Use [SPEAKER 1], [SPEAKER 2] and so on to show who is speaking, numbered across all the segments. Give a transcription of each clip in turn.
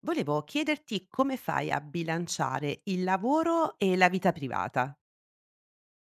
[SPEAKER 1] Volevo chiederti come fai a bilanciare il lavoro e la vita privata.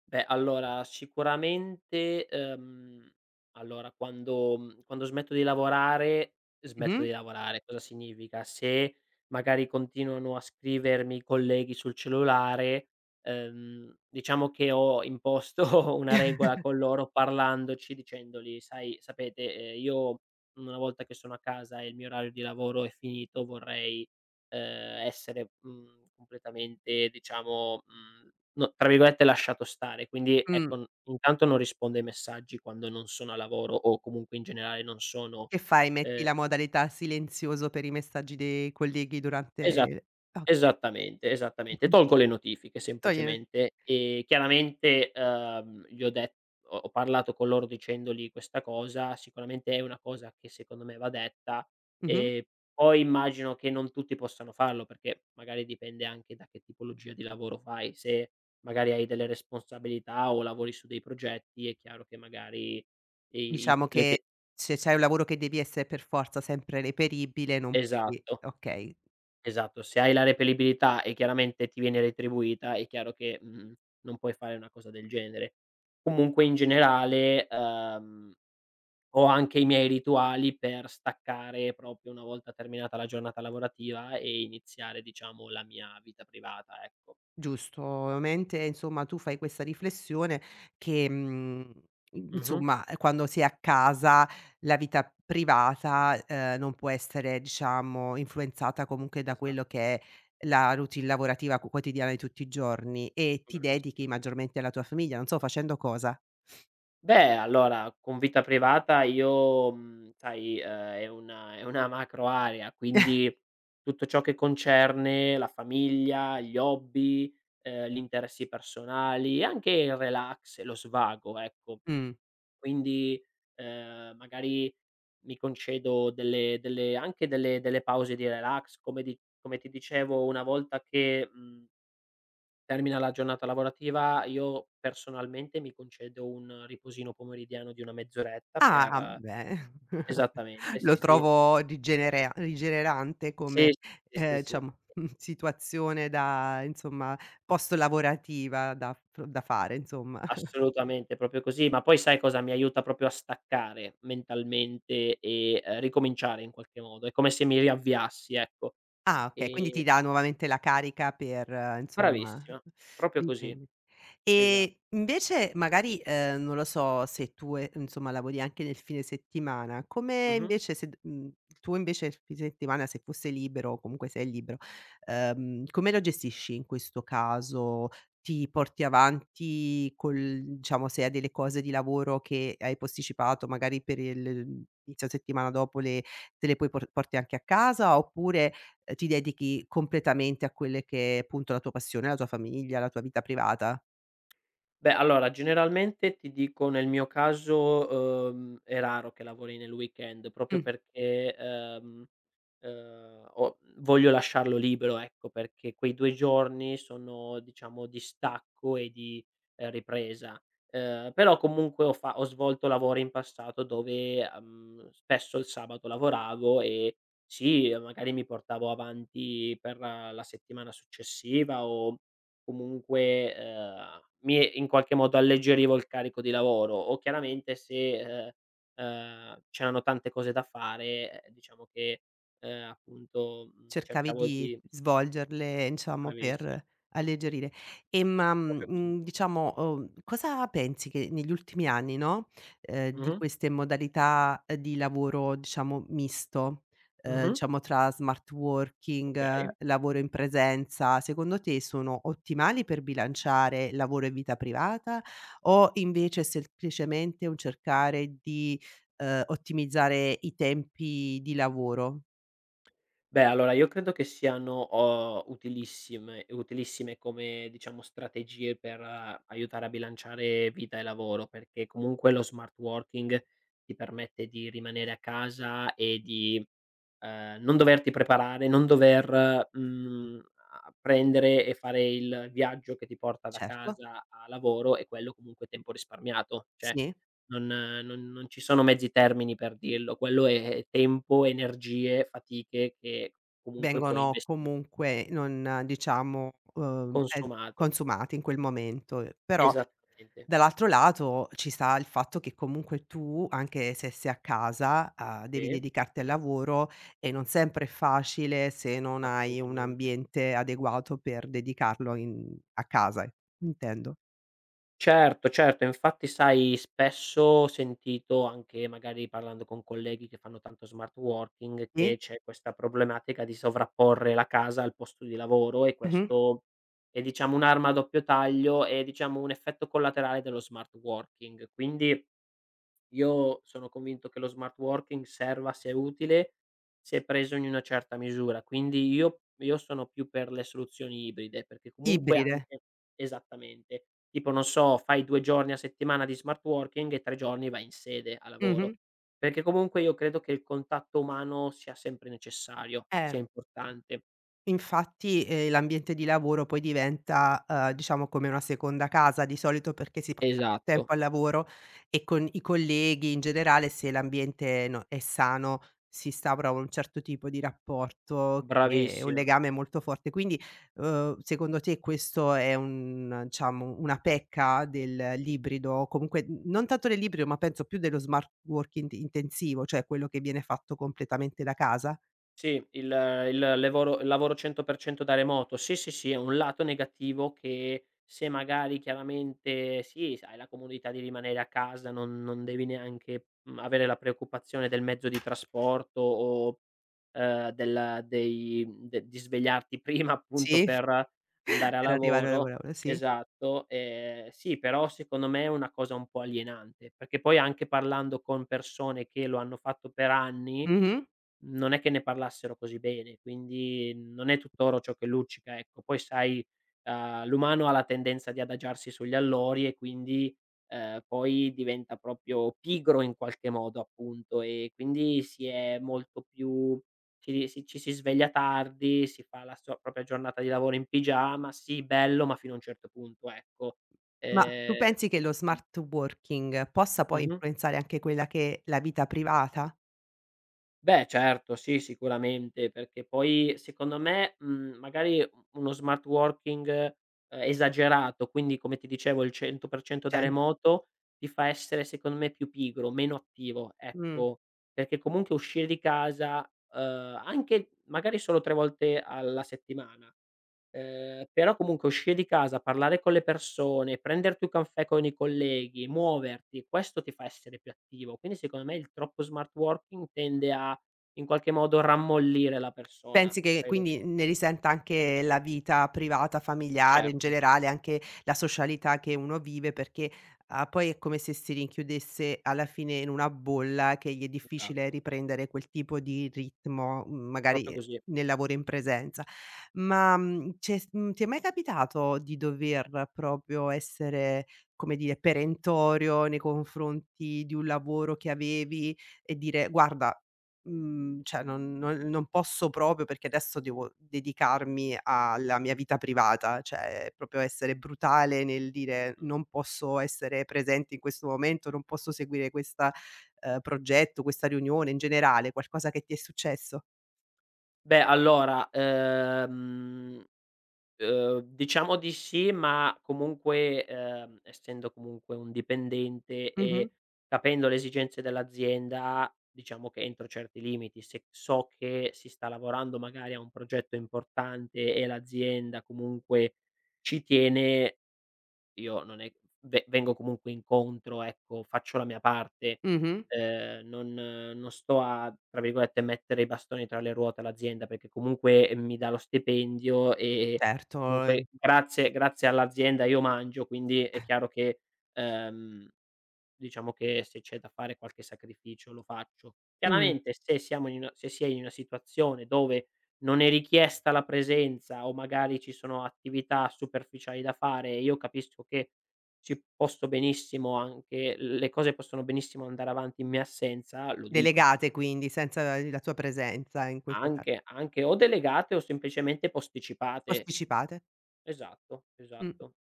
[SPEAKER 2] Beh, allora sicuramente, allora quando smetto di lavorare, smetto
[SPEAKER 1] Mh-mh.
[SPEAKER 2] di lavorare. Cosa significa? Se magari continuano a scrivermi colleghi sul cellulare, diciamo che ho imposto una regola con loro parlandoci, dicendogli: "Sai Sapete, io una volta che sono a casa e il mio orario di lavoro è finito, vorrei" essere, completamente diciamo, no tra virgolette "lasciato stare". Quindi
[SPEAKER 1] Mh.
[SPEAKER 2] ecco, n intanto non rispondo ai messaggi quando non sono a lavoro o comunque in generale non sono.
[SPEAKER 1] Che fai?
[SPEAKER 2] ehm
[SPEAKER 1] Metti la modalità silenzioso per i messaggi dei colleghi
[SPEAKER 2] Esa
[SPEAKER 1] durante o
[SPEAKER 2] Esattamente, esattamente.
[SPEAKER 1] mh-mh.
[SPEAKER 2] Tolgo le notifiche
[SPEAKER 1] Toglie.
[SPEAKER 2] semplicemente e chiaramente, gli ho det ho parlato con loro dicendogli questa cosa, sicuramente è una cosa che secondo me va detta,
[SPEAKER 1] Mh-mh.
[SPEAKER 2] e poi immagino che non tutti possano farlo, perché magari dipende anche da che tipologia di lavoro fai. Se magari hai delle responsabilità o lavori su dei progetti, è chiaro che magari i i
[SPEAKER 1] Diciamo
[SPEAKER 2] le
[SPEAKER 1] che
[SPEAKER 2] te
[SPEAKER 1] se c'hai un lavoro che devi essere per forza sempre reperibile non puoi,
[SPEAKER 2] esatto.
[SPEAKER 1] okay.
[SPEAKER 2] Esatto, se hai la reperibilità e chiaramente ti viene retribuita, è chiaro che, non puoi fare una cosa del genere. Comunque in generale, ho anche i miei rituali per staccare proprio una volta terminata la giornata lavorativa e iniziare diciamo la mia vita privata, ecco.
[SPEAKER 1] Giusto, ovviamente insomma tu fai questa riflessione che,
[SPEAKER 2] Mh-mh,
[SPEAKER 1] insomma, quando si è a casa la vita privata, non può essere diciamo influenzata comunque da quello che
[SPEAKER 2] esatto,
[SPEAKER 1] è la routine lavorativa qu quotidiana di tutti i giorni e ti dedichi
[SPEAKER 2] bravissima.
[SPEAKER 1] maggiormente alla tua famiglia, non so facendo cosa?
[SPEAKER 2] Beh, allora con vita privata io, sai, è una macro area, quindi tutto ciò che concerne la famiglia, gli hobby, gli interessi personali e anche il relax e lo svago, ecco.
[SPEAKER 1] Mh.
[SPEAKER 2] Quindi, magari mi concedo delle delle anche delle delle pause di relax, come di come ti dicevo una volta che. Mhmm Termina la giornata lavorativa, io personalmente mi concedo un riposino pomeridiano di una mezz'oretta.
[SPEAKER 1] Ah,
[SPEAKER 2] Per
[SPEAKER 1] beh,
[SPEAKER 2] Esattamente, sì,
[SPEAKER 1] lo
[SPEAKER 2] sì.
[SPEAKER 1] trovo rigenerante
[SPEAKER 2] Sì,
[SPEAKER 1] come,
[SPEAKER 2] sì, sì, sì,
[SPEAKER 1] diciamo, situazione da insomma, post lavorativa da fare, insomma.
[SPEAKER 2] assolutamente, proprio così. Ma poi sai cosa mi aiuta proprio a staccare mentalmente e, ricominciare in qualche modo. È come se mi riavviassi, ecco.
[SPEAKER 1] Ah, okay, quindi
[SPEAKER 2] Ehm
[SPEAKER 1] ti dà nuovamente la carica per, insomma,
[SPEAKER 2] Bravissima, proprio così,
[SPEAKER 1] riprendi.
[SPEAKER 2] esa
[SPEAKER 1] E invece magari, non lo so se tu, insomma lavori anche nel fine settimana, come
[SPEAKER 2] mh-mh.
[SPEAKER 1] invece se d mhmm, tu invece il fine settimana se fosse libero o comunque sei libero, come lo gestisci in questo caso? Ti porti avanti col diciamo se hai delle cose di lavoro che hai posticipato magari per il inizio settimana dopo le te le poi porti anche a casa, oppure, ti dedichi completamente a quelle che è appunto la tua passione, la tua famiglia, la tua vita privata?
[SPEAKER 2] Beh, allora generalmente ti dico nel mio caso, è raro che lavori nel weekend proprio
[SPEAKER 1] Mh,
[SPEAKER 2] perché, ho voglio lasciarlo libero, ecco, perché quei 2 giorni sono diciamo di stacco e di ripresa. Però comunque ho svolto lavori in passato dove, spesso il sabato lavoravo e sì, magari mi portavo avanti per la settimana successiva o comunque, mi in qualche modo alleggerivo il carico di lavoro o chiaramente se, c'erano tante cose da fare, diciamo che, appunto,
[SPEAKER 1] cercavi
[SPEAKER 2] cercavo
[SPEAKER 1] di
[SPEAKER 2] di.
[SPEAKER 1] svolgerle, diciamo,
[SPEAKER 2] Bravissima,
[SPEAKER 1] per alleggerire. E ma,
[SPEAKER 2] proprio così.
[SPEAKER 1] diciamo, cosa pensi che negli ultimi anni, no, di
[SPEAKER 2] Mh-mh,
[SPEAKER 1] queste modalità, di lavoro, diciamo, misto,
[SPEAKER 2] mh-mh,
[SPEAKER 1] diciamo tra smart working,
[SPEAKER 2] okay.
[SPEAKER 1] lavoro in presenza, secondo te sono ottimali per bilanciare lavoro e vita privata o invece è semplicemente un cercare di, ottimizzare i tempi di lavoro?
[SPEAKER 2] Beh, allora io credo che siano, utilissime utilissime come, diciamo, strategie per aiutare a bilanciare vita e lavoro, perché comunque lo smart working ti permette di rimanere a casa e di, non doverti preparare, non dover, a prendere e fare il viaggio che ti porta da
[SPEAKER 1] Certo.
[SPEAKER 2] casa a lavoro e quello comunque è tempo risparmiato. Cioè
[SPEAKER 1] Sì,
[SPEAKER 2] non ci sono mezzi termini per dirlo. Quello è tempo, energie, fatiche che comunque puoi
[SPEAKER 1] vengono
[SPEAKER 2] investire.
[SPEAKER 1] comunque non diciamo,
[SPEAKER 2] Consumate.
[SPEAKER 1] consumati in quel momento, però
[SPEAKER 2] Esattamente.
[SPEAKER 1] dall'altro lato ci sta il fatto che comunque tu, anche se sei a casa, devi
[SPEAKER 2] Sì,
[SPEAKER 1] dedicarti al lavoro e non sempre è facile se non hai un
[SPEAKER 2] assolutamente.
[SPEAKER 1] ambiente adeguato per dedicarlo in a casa, intendo.
[SPEAKER 2] Certo, certo. Infatti sai, spesso ho sentito, anche magari parlando con colleghi che fanno tanto smart working,
[SPEAKER 1] Sì,
[SPEAKER 2] che c'è questa problematica di sovrapporre la casa al posto di lavoro e
[SPEAKER 1] mh-mh.
[SPEAKER 2] questo è diciamo un'arma a doppio taglio, è diciamo un effetto collaterale dello smart working. Quindi io sono convinto che lo smart working serva se utile, se preso in una certa misura. Quindi io sono più per le soluzioni ibride, perché comunque
[SPEAKER 1] Ibride.
[SPEAKER 2] anche esattamente. Tipo non so, fai 2 giorni a settimana di smart working e 3 giorni vai in sede a
[SPEAKER 1] Mh-mh.
[SPEAKER 2] lavoro, perché comunque io credo che il contatto umano sia sempre necessario,
[SPEAKER 1] Eh.
[SPEAKER 2] sia importante.
[SPEAKER 1] Infatti, l'ambiente di lavoro poi diventa, diciamo come una seconda casa di solito perché si passa più
[SPEAKER 2] Esatto,
[SPEAKER 1] tempo al lavoro e con i colleghi in generale se l'ambiente no è sano si instaura un certo tipo di rapporto che è un
[SPEAKER 2] bravissima.
[SPEAKER 1] legame molto forte. Quindi, secondo te questo è un diciamo una pecca del l'ibrido, comunque n non tanto dell'ibrido, ma penso più dello smart working intensivo, cioè quello che viene fatto completamente da casa?
[SPEAKER 2] Sì, il lavoro 100% da remoto. Sì, sì, sì, è un lato negativo che se magari chiaramente sì, s hai la comodità di rimanere a casa, non devi neanche, avere la preoccupazione del mezzo di trasporto o, del dei de di svegliarti prima appunto
[SPEAKER 1] Sì,
[SPEAKER 2] per andare a
[SPEAKER 1] per arrivare al
[SPEAKER 2] lavoro.
[SPEAKER 1] lavoro, sì.
[SPEAKER 2] Esatto, sì, però secondo me è una cosa un po' alienante, perché poi anche parlando con persone che lo hanno fatto per anni
[SPEAKER 1] Mh-mh.
[SPEAKER 2] non è che ne parlassero così bene, quindi non è tutt'oro ciò che luccica, ecco. Poi sai, l'umano ha la tendenza di adagiarsi sugli allori e quindi, poi diventa proprio pigro in qualche modo, appunto, e quindi si è molto più ci si sveglia tardi, si fa la sua propria giornata di lavoro in pigiama, sì bello, ma fino a un certo punto, ecco.
[SPEAKER 1] Ma tu
[SPEAKER 2] Ehm
[SPEAKER 1] pensi che lo
[SPEAKER 2] mh.
[SPEAKER 1] smart working possa poi
[SPEAKER 2] Mh-mh.
[SPEAKER 1] influenzare anche quella che è la vita privata?
[SPEAKER 2] Beh certo, sì, sicuramente, perché poi secondo me, magari u uno smart working, esagerato, quindi come ti dicevo il 100% da
[SPEAKER 1] Cioè,
[SPEAKER 2] remoto, ti fa essere secondo me più pigro, meno attivo,
[SPEAKER 1] mh.
[SPEAKER 2] ecco. Perché comunque uscire di casa, anche magari solo 3 volte alla settimana. Però comunque uscire di casa, parlare con le persone, prenderti un caffè con i colleghi, muoverti, questo ti fa essere più attivo. Quindi secondo me il troppo smart working tende a, in qualche modo, rammollire la persona,
[SPEAKER 1] Pensi che
[SPEAKER 2] credo.
[SPEAKER 1] quindi ne risenta anche la vita privata, familiare, in
[SPEAKER 2] Certo,
[SPEAKER 1] generale, anche la socialità che uno vive, perché, poi è come se si rinchiudesse alla fine in una bolla che gli è difficile
[SPEAKER 2] esatto,
[SPEAKER 1] riprendere quel tipo di ritmo, magari,
[SPEAKER 2] proprio così.
[SPEAKER 1] nel lavoro in presenza. Ma, mhmm, c'è s mhmm, ti è mai capitato di dover proprio essere, come dire, perentorio nei confronti di un lavoro che avevi e dire: "Guarda". Cioè non posso proprio perché adesso devo dedicarmi alla mia vita privata, cioè proprio essere brutale nel dire: "Non posso essere presente in questo momento, non posso seguire questa progetto, questa riunione". In generale, qualcosa che ti è successo?
[SPEAKER 2] Beh allora, diciamo di sì, ma comunque, essendo comunque un dipendente
[SPEAKER 1] Mh-mh,
[SPEAKER 2] e capendo le esigenze dell'azienda, diciamo che entro certi limiti, se so che si sta lavorando magari a un progetto importante e l'azienda comunque ci tiene, io non è ve vengo comunque incontro, ecco, faccio la mia parte,
[SPEAKER 1] mh-mh.
[SPEAKER 2] non sto a, tra virgolette, "mettere i bastoni tra le ruote" all'azienda, perché comunque mi dà lo stipendio e
[SPEAKER 1] Certo, ehm
[SPEAKER 2] comunque grazie all'azienda io mangio, quindi è chiaro che. ehm diciamo che se c'è da fare qualche sacrificio lo faccio.
[SPEAKER 1] mh.
[SPEAKER 2] Chiaramente se si è in una situazione dove non è richiesta la presenza o magari ci sono attività superficiali da fare, e io capisco che ci posso benissimo anche le cose possono benissimo andare avanti in mia assenza, lo dico.
[SPEAKER 1] Delegate quindi, senza la tua presenza in questo ca
[SPEAKER 2] Anche o delegate o semplicemente posticipate.
[SPEAKER 1] posticipate.
[SPEAKER 2] Esatto,
[SPEAKER 1] Mh.
[SPEAKER 2] esatto.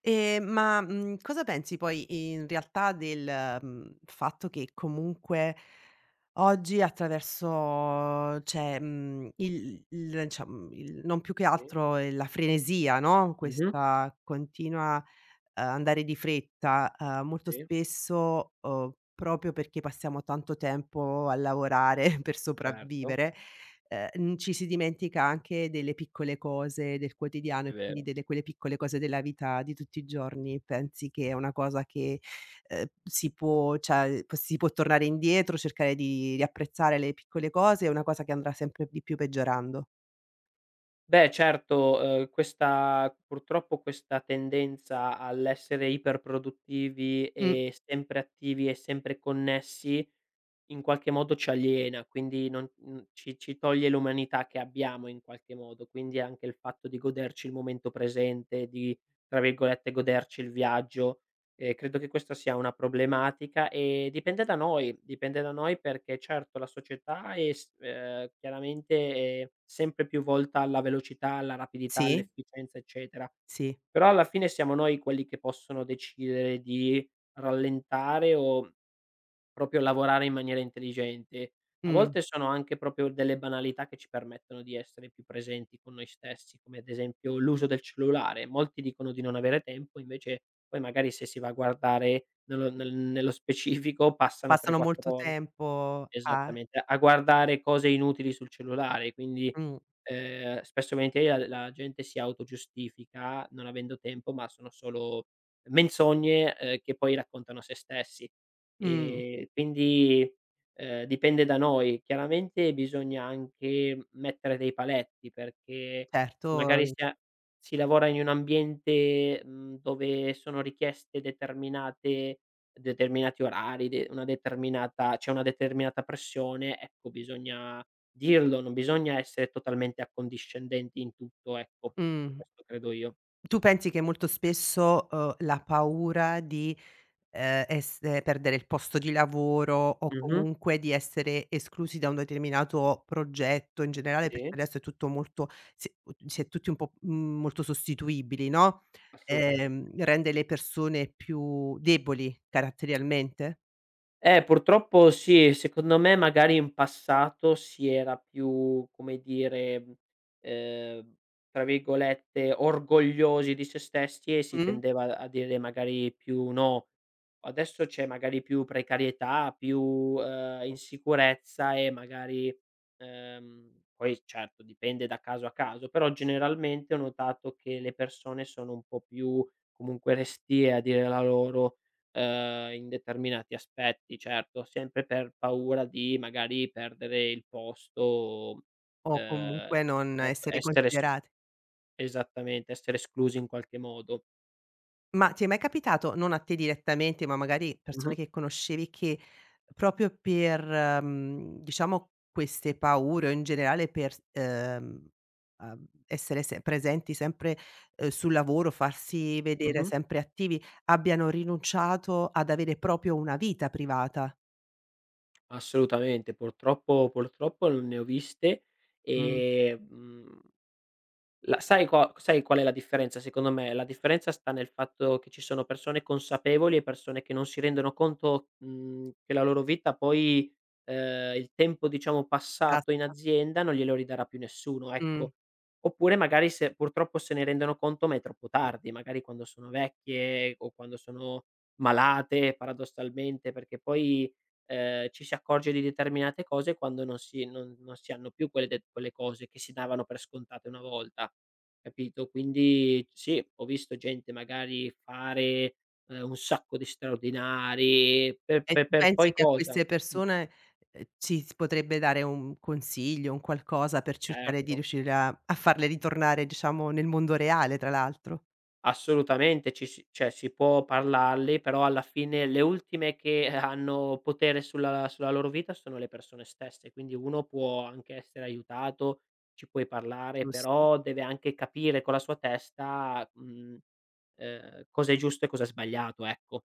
[SPEAKER 1] Ma, cosa pensi poi in realtà del, fatto che comunque oggi attraverso cioè, il non più che
[SPEAKER 2] Sì.
[SPEAKER 1] altro, la frenesia, no,
[SPEAKER 2] Mh-mh.
[SPEAKER 1] questa continua, andare di fretta, molto
[SPEAKER 2] Sì,
[SPEAKER 1] spesso, proprio perché passiamo tanto tempo a lavorare per
[SPEAKER 2] certo,
[SPEAKER 1] sopravvivere. Ci si dimentica anche delle piccole cose del quotidiano
[SPEAKER 2] è
[SPEAKER 1] e quindi
[SPEAKER 2] vero.
[SPEAKER 1] delle quelle piccole cose della vita di tutti i giorni. Pensi che è una cosa che, si può tornare indietro, cercare di riapprezzare le piccole cose, è una cosa che andrà sempre di più peggiorando?
[SPEAKER 2] Beh certo, questa purtroppo questa tendenza all'essere iperproduttivi
[SPEAKER 1] Mh,
[SPEAKER 2] e sempre attivi e sempre connessi, in qualche modo ci aliena, quindi non ci toglie l'umanità che abbiamo in qualche modo, quindi anche il fatto di goderci il momento presente, di, tra virgolette, "goderci il viaggio", credo che questa sia una problematica e dipende da noi perché certo la società è s chiaramente è sempre più volta alla velocità, alla rapidità,
[SPEAKER 1] sì,
[SPEAKER 2] all'efficienza, eccetera.
[SPEAKER 1] sì,
[SPEAKER 2] Però alla fine siamo noi quelli che possono decidere di rallentare o proprio lavorare in maniera intelligente. A
[SPEAKER 1] mh.
[SPEAKER 2] volte sono anche proprio delle banalità che ci permettono di essere più presenti con noi stessi, come ad esempio l'uso del cellulare. Molti dicono di non avere tempo, invece poi magari se si va a guardare nello specifico passano 3,
[SPEAKER 1] Passano
[SPEAKER 2] 4
[SPEAKER 1] molto
[SPEAKER 2] ore
[SPEAKER 1] tempo a.
[SPEAKER 2] esattamente, a guardare cose inutili sul cellulare, quindi
[SPEAKER 1] Mh,
[SPEAKER 2] spesso e volentieri la gente si autogiustifica non avendo tempo, ma sono solo menzogne, che poi raccontano a se stessi.
[SPEAKER 1] mh,
[SPEAKER 2] Quindi, dipende da noi. Chiaramente bisogna anche mettere dei paletti, perché se magari
[SPEAKER 1] certo,
[SPEAKER 2] si lavora in un ambiente, dove sono richieste determinate determinati orari, de una determinata c'è una determinata pressione, ecco bisogna dirlo, non bisogna essere totalmente accondiscendenti in tutto, ecco.
[SPEAKER 1] mh.
[SPEAKER 2] Questo credo io.
[SPEAKER 1] Tu pensi che molto spesso, la paura di ess perdere il posto di lavoro o
[SPEAKER 2] Mh-mh.
[SPEAKER 1] comunque di essere esclusi da un determinato progetto in generale, perché
[SPEAKER 2] Sì,
[SPEAKER 1] adesso è tutto molto si è tutti un po', molto sostituibili, no,
[SPEAKER 2] assolutamente.
[SPEAKER 1] rende le persone più deboli caratterialmente?
[SPEAKER 2] Purtroppo sì, secondo me magari in passato si era più, come dire, ehm, tra virgolette, "orgogliosi" di se stessi e si
[SPEAKER 1] Mh?
[SPEAKER 2] tendeva a dire magari più "no". Adesso c'è magari più precarietà, più, insicurezza e magari, poi certo dipende da caso a caso, però generalmente ho notato che le persone sono un po' più comunque restie a dire la loro in determinati aspetti, certo, sempre per paura di magari perdere il posto,
[SPEAKER 1] O
[SPEAKER 2] ehm,
[SPEAKER 1] comunque non
[SPEAKER 2] ecco,
[SPEAKER 1] essere
[SPEAKER 2] essere es
[SPEAKER 1] considerate.
[SPEAKER 2] esattamente, essere esclusi in qualche modo.
[SPEAKER 1] Ma ti è mai capitato, non a te direttamente, ma magari persone
[SPEAKER 2] Mh-mh,
[SPEAKER 1] che conoscevi che proprio per, diciamo queste paure o in generale per s essere se presenti sempre, sul lavoro, farsi vedere
[SPEAKER 2] mh-mh.
[SPEAKER 1] sempre attivi, abbiano rinunciato ad avere proprio una vita privata?
[SPEAKER 2] Assolutamente, purtroppo ne ho viste.
[SPEAKER 1] Mh,
[SPEAKER 2] ehm La sai qua Sai qual è la differenza secondo me? La differenza sta nel fatto che ci sono persone consapevoli e persone che non si rendono conto, che la loro vita poi, il tempo diciamo passato in
[SPEAKER 1] cassa.
[SPEAKER 2] azienda non glielo ridarà più nessuno,
[SPEAKER 1] Mh.
[SPEAKER 2] ecco. Oppure magari se purtroppo se ne rendono conto ma è troppo tardi, magari quando sono vecchie o quando sono malate paradossalmente, perché poi ci si accorge di determinate cose quando non si hanno più quelle cose che si davano per scontate una volta, capito? Quindi sì, ho visto gente magari fare, un sacco di straordinari per
[SPEAKER 1] E
[SPEAKER 2] pe
[SPEAKER 1] tu
[SPEAKER 2] per
[SPEAKER 1] pensi
[SPEAKER 2] poi
[SPEAKER 1] che a
[SPEAKER 2] cosa?
[SPEAKER 1] queste
[SPEAKER 2] Mh,
[SPEAKER 1] persone, ci si potrebbe dare un consiglio, un qualcosa per cercare di
[SPEAKER 2] certo.
[SPEAKER 1] riuscire a farle ritornare, diciamo, nel mondo reale tra l'altro,
[SPEAKER 2] Assolutamente, ci si cioè si può parlarli, però alla fine le ultime che hanno potere sulla loro vita sono le persone stesse, quindi uno può anche essere aiutato, ci puoi parlare,
[SPEAKER 1] giusto?
[SPEAKER 2] però deve anche capire con la sua testa, cosa è giusto e cosa è sbagliato, ecco.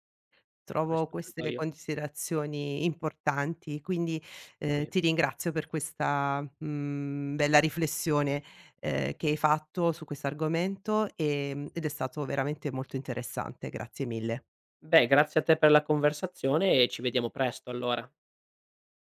[SPEAKER 1] Trovo
[SPEAKER 2] Questo credo
[SPEAKER 1] queste
[SPEAKER 2] io,
[SPEAKER 1] considerazioni importanti, quindi,
[SPEAKER 2] sì.
[SPEAKER 1] ti ringrazio per questa, bella riflessione, che hai fatto su questo argomento, ed è stato veramente molto interessante. Grazie mille.
[SPEAKER 2] Beh, grazie a te per la conversazione e ci vediamo presto allora.